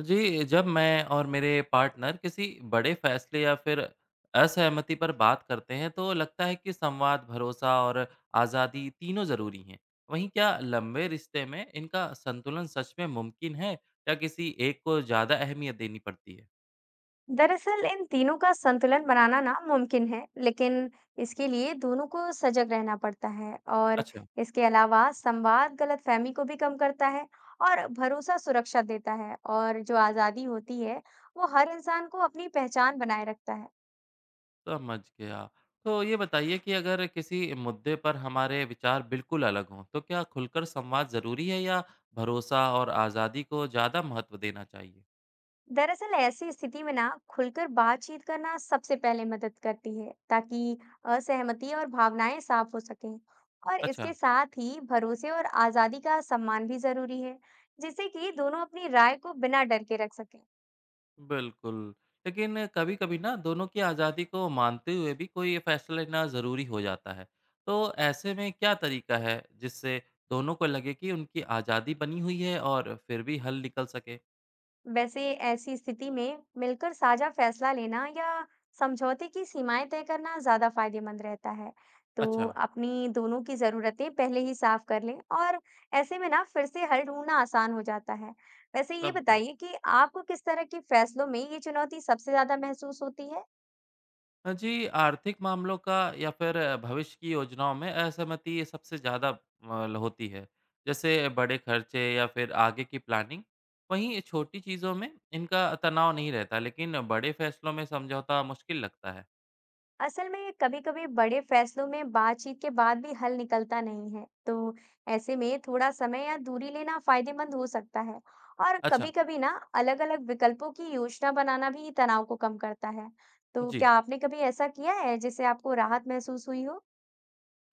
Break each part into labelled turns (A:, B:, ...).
A: जी, जब मैं और मेरे पार्टनर किसी बड़े फैसले या फिर असहमति पर बात करते हैं तो लगता है कि संवाद, भरोसा और आज़ादी तीनों ज़रूरी हैं। वहीं क्या लंबे रिश्ते में इनका संतुलन सच में मुमकिन है या किसी एक को ज़्यादा अहमियत देनी पड़ती है?
B: दरअसल इन तीनों का संतुलन बनाना ना मुमकिन है, लेकिन इसके लिए दोनों को सजग रहना पड़ता है। और
A: अच्छा,
B: इसके अलावा संवाद गलतफहमी को भी कम करता है, और भरोसा सुरक्षा देता है, और जो आज़ादी होती है, वो हर इंसान को अपनी पहचान बनाए रखता है।
A: समझ गया। तो ये बताइए कि अगर किसी मुद्दे पर हमारे विचार बिल्कुल अलग हों तो क्या खुलकर संवाद ज़रूरी है या भरोसा और आज़ादी को ज़्यादा महत्व देना चाहिए?
B: दरअसल ऐसी स्थिति में ना खुलकर बातचीत करना सबसे पहले मदद करती है, ताकि असहमति और भावनाएं साफ हो सकें। और इसके
A: अच्छा।
B: साथ ही भरोसे और आजादी का सम्मान भी जरूरी है, जिससे कि दोनों अपनी राय को बिना डर के रख सकें।
A: बिल्कुल, लेकिन कभी-कभी ना दोनों की आज़ादी को मानते हुए भी कोई ये फैसला लेना ज़रूरी हो जाता है। तो ऐसे में क्या तरीका है जिससे दोनों को लगे कि उनकी आज़ादी बनी हुई है और फिर भी हल निकल सके?
B: वैसे ऐसी स्थिति में मिलकर साझा फैसला लेना या समझौते की सीमाएं तय करना ज्यादा फायदेमंद रहता है। तो
A: अच्छा,
B: अपनी दोनों की जरूरतें पहले ही साफ कर लें, और ऐसे में ना फिर से हल ढूंढना आसान हो जाता है। वैसे ये
A: समझा।
B: बताइए कि आपको किस तरह के फैसलों में ये चुनौती सबसे ज्यादा महसूस होती है?
A: जी, आर्थिक मामलों का या फिर भविष्य की योजनाओं में असहमति सबसे ज़्यादा होती है, जैसे बड़े खर्चे या फिर आगे की प्लानिंग। वहीं छोटी चीज़ों में इनका तनाव नहीं रहता, लेकिन बड़े फैसलों में समझौता मुश्किल लगता है।
B: असल में कभी-कभी बड़े फैसलों में बातचीत के बाद भी हल निकलता नहीं है, तो ऐसे में थोड़ा समय या दूरी लेना फायदेमंद हो सकता है। और
A: अच्छा।
B: कभी-कभी ना अलग-अलग विकल्पों की योजना बनाना भी तनाव को कम करता है। तो
A: जी।
B: क्या आपने कभी ऐसा किया है जिससे आपको राहत महसूस हुई हो?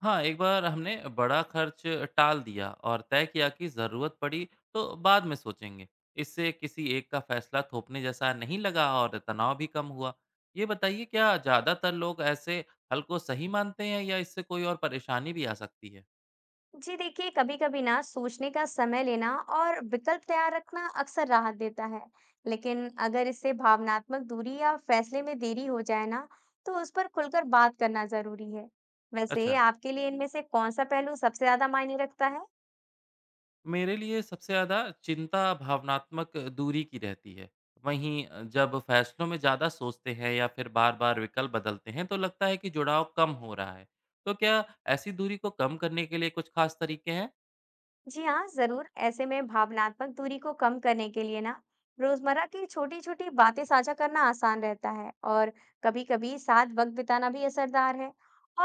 A: हाँ, एक बार हमने बड़ा खर्च टाल दिया और तय किया कि ज़रूरत पड़ी तो बाद में सोचेंगे। इससे किसी एक का फैसला थोपने जैसा नहीं लगा और तनाव भी कम हुआ। ये बताइए क्या ज़्यादातर लोग ऐसे हल को सही मानते हैं या इससे कोई और परेशानी भी आ सकती है?
B: जी देखिए, कभी कभी ना सोचने का समय लेना और विकल्प तैयार रखना अक्सर राहत देता है। लेकिन अगर इससे भावनात्मक दूरी या फैसले में देरी हो जाए ना, तो उस पर खुलकर बात करना जरूरी है। वैसे
A: अच्छा।
B: आपके लिए इनमें से कौन सा पहलू सबसे ज्यादा मायने रखता है?
A: मेरे लिए सबसे ज़्यादा चिंता भावनात्मक दूरी की रहती है। वहीं जब फैसलों में ज़्यादा सोचते हैं या फिर बार-बार विकल्प बदलते हैं, तो लगता है कि जुड़ाव कम हो रहा है। तो क्या ऐसी दूरी को कम करने के लिए कुछ खास तरीके हैं?
B: जी हाँ, जरूर। ऐसे में भावनात्मक दूरी को कम करने के लिए ना, रोजमर्रा की छोटी छोटी बातें साझा करना आसान रहता है। और कभी कभी साथ वक्त बिताना भी असरदार है।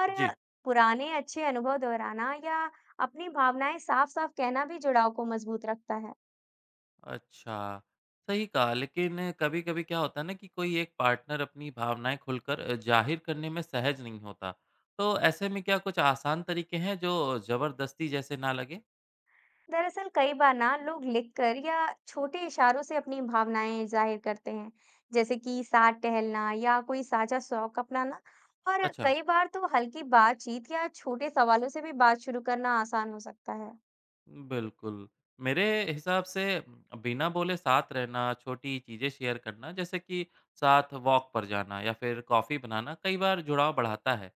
B: और
A: जी।
B: पुराने अच्छे अनुभव दोहराना या अपनी भावनाएं साफ साफ कहना भी जुड़ाव को मजबूत रखता है।
A: अच्छा, सही कहा, लेकिन कभी-कभी क्या होता है ना कि कोई एक पार्टनर अपनी भावनाएँ खुलकर ज़ाहिर करने में सहज नहीं होता। तो ऐसे में क्या कुछ आसान तरीके हैं जो ज़बरदस्ती जैसे ना लगे?
B: दरअसल कई बार ना लोग लिखकर या छोटे इशारों से अपनी भावनाएं जाहिर करते हैं, जैसे कि साथ टहलना या कोई साझा शौक अपनाना। और
A: अच्छा।
B: कई बार तो हल्की बातचीत या छोटे सवालों से भी बात शुरू करना आसान हो सकता है।
A: बिल्कुल। मेरे हिसाब से बिना बोले साथ रहना, छोटी चीज़ें शेयर करना जैसे कि साथ वॉक पर जाना या फिर कॉफ़ी बनाना कई बार जुड़ाव बढ़ाता है।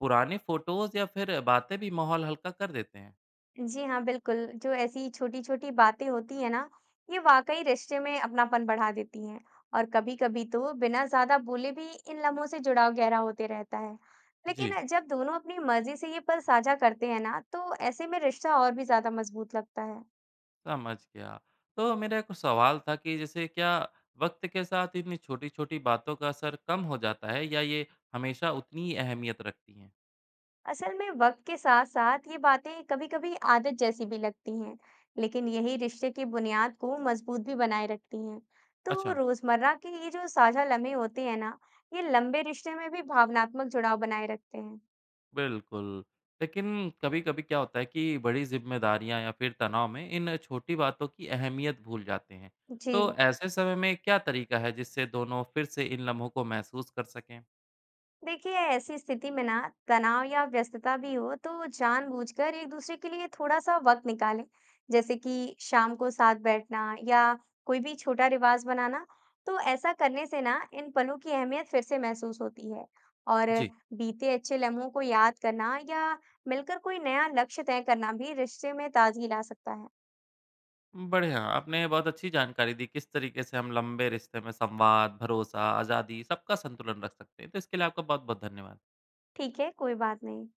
A: पुराने फ़ोटोज़ या फिर बातें भी माहौल हल्का कर देते हैं।
B: जी हाँ, बिल्कुल। जो ऐसी छोटी-छोटी बातें होती हैं ना, ये वाक़ई रिश्ते में अपनापन बढ़ा देती हैं। और कभी-कभी तो बिना ज़्यादा बोले भी इन लम्हों से जुड़ाव गहरा होते रहता है।
A: जी,
B: लेकिन जब दोनों अपनी मर्ज़ी से ये पल साझा करते हैं ना, तो ऐसे में रिश्ता और भी ज़्यादा मज़बूत लगता है।
A: समझ गया। तो मेरा एक सवाल था कि जैसे क्या वक़्त के साथ इतनी छोटी-छोटी बातों का असर कम हो जाता है या ये हमेशा उतनी ही अहमियत रखती हैं?
B: असल में वक्त के साथ साथ ये बातें कभी-कभी आदत जैसी भी लगती हैं, लेकिन यही रिश्ते की बुनियाद को मजबूत भी बनाए रखती हैं। तो
A: अच्छा।
B: रोजमर्रा के ये जो साझा लम्हे होते हैं ना, ये लंबे रिश्ते में भी भावनात्मक जुड़ाव बनाए रखते हैं।
A: बिल्कुल। लेकिन कभी-कभी क्या होता है कि बड़ी ज़िम्मेदारियाँ या फिर तनाव में इन छोटी बातों की अहमियत भूल जाते हैं।
B: जी
A: तो ऐसे समय में क्या तरीका है जिससे दोनों फिर से इन लम्हों को महसूस कर सकें?
B: देखिए, ऐसी स्थिति में ना तनाव या व्यस्तता भी हो, तो जानबूझकर एक दूसरे के लिए थोड़ा सा वक्त निकालें, जैसे कि शाम को साथ बैठना या कोई भी छोटा रिवाज बनाना। तो ऐसा करने से ना इन पलों की अहमियत फिर से महसूस होती है। और
A: जी।
B: बीते अच्छे लम्हों को याद करना या मिलकर कोई नया लक्ष्य तय करना भी रिश्ते में ताजगी ला सकता है।
A: बढ़िया, आपने बहुत अच्छी जानकारी दी किस तरीके से हम लंबे रिश्ते में संवाद, भरोसा, आज़ादी सबका संतुलन रख सकते हैं। तो इसके लिए आपका बहुत-बहुत धन्यवाद।
B: ठीक है, कोई बात नहीं।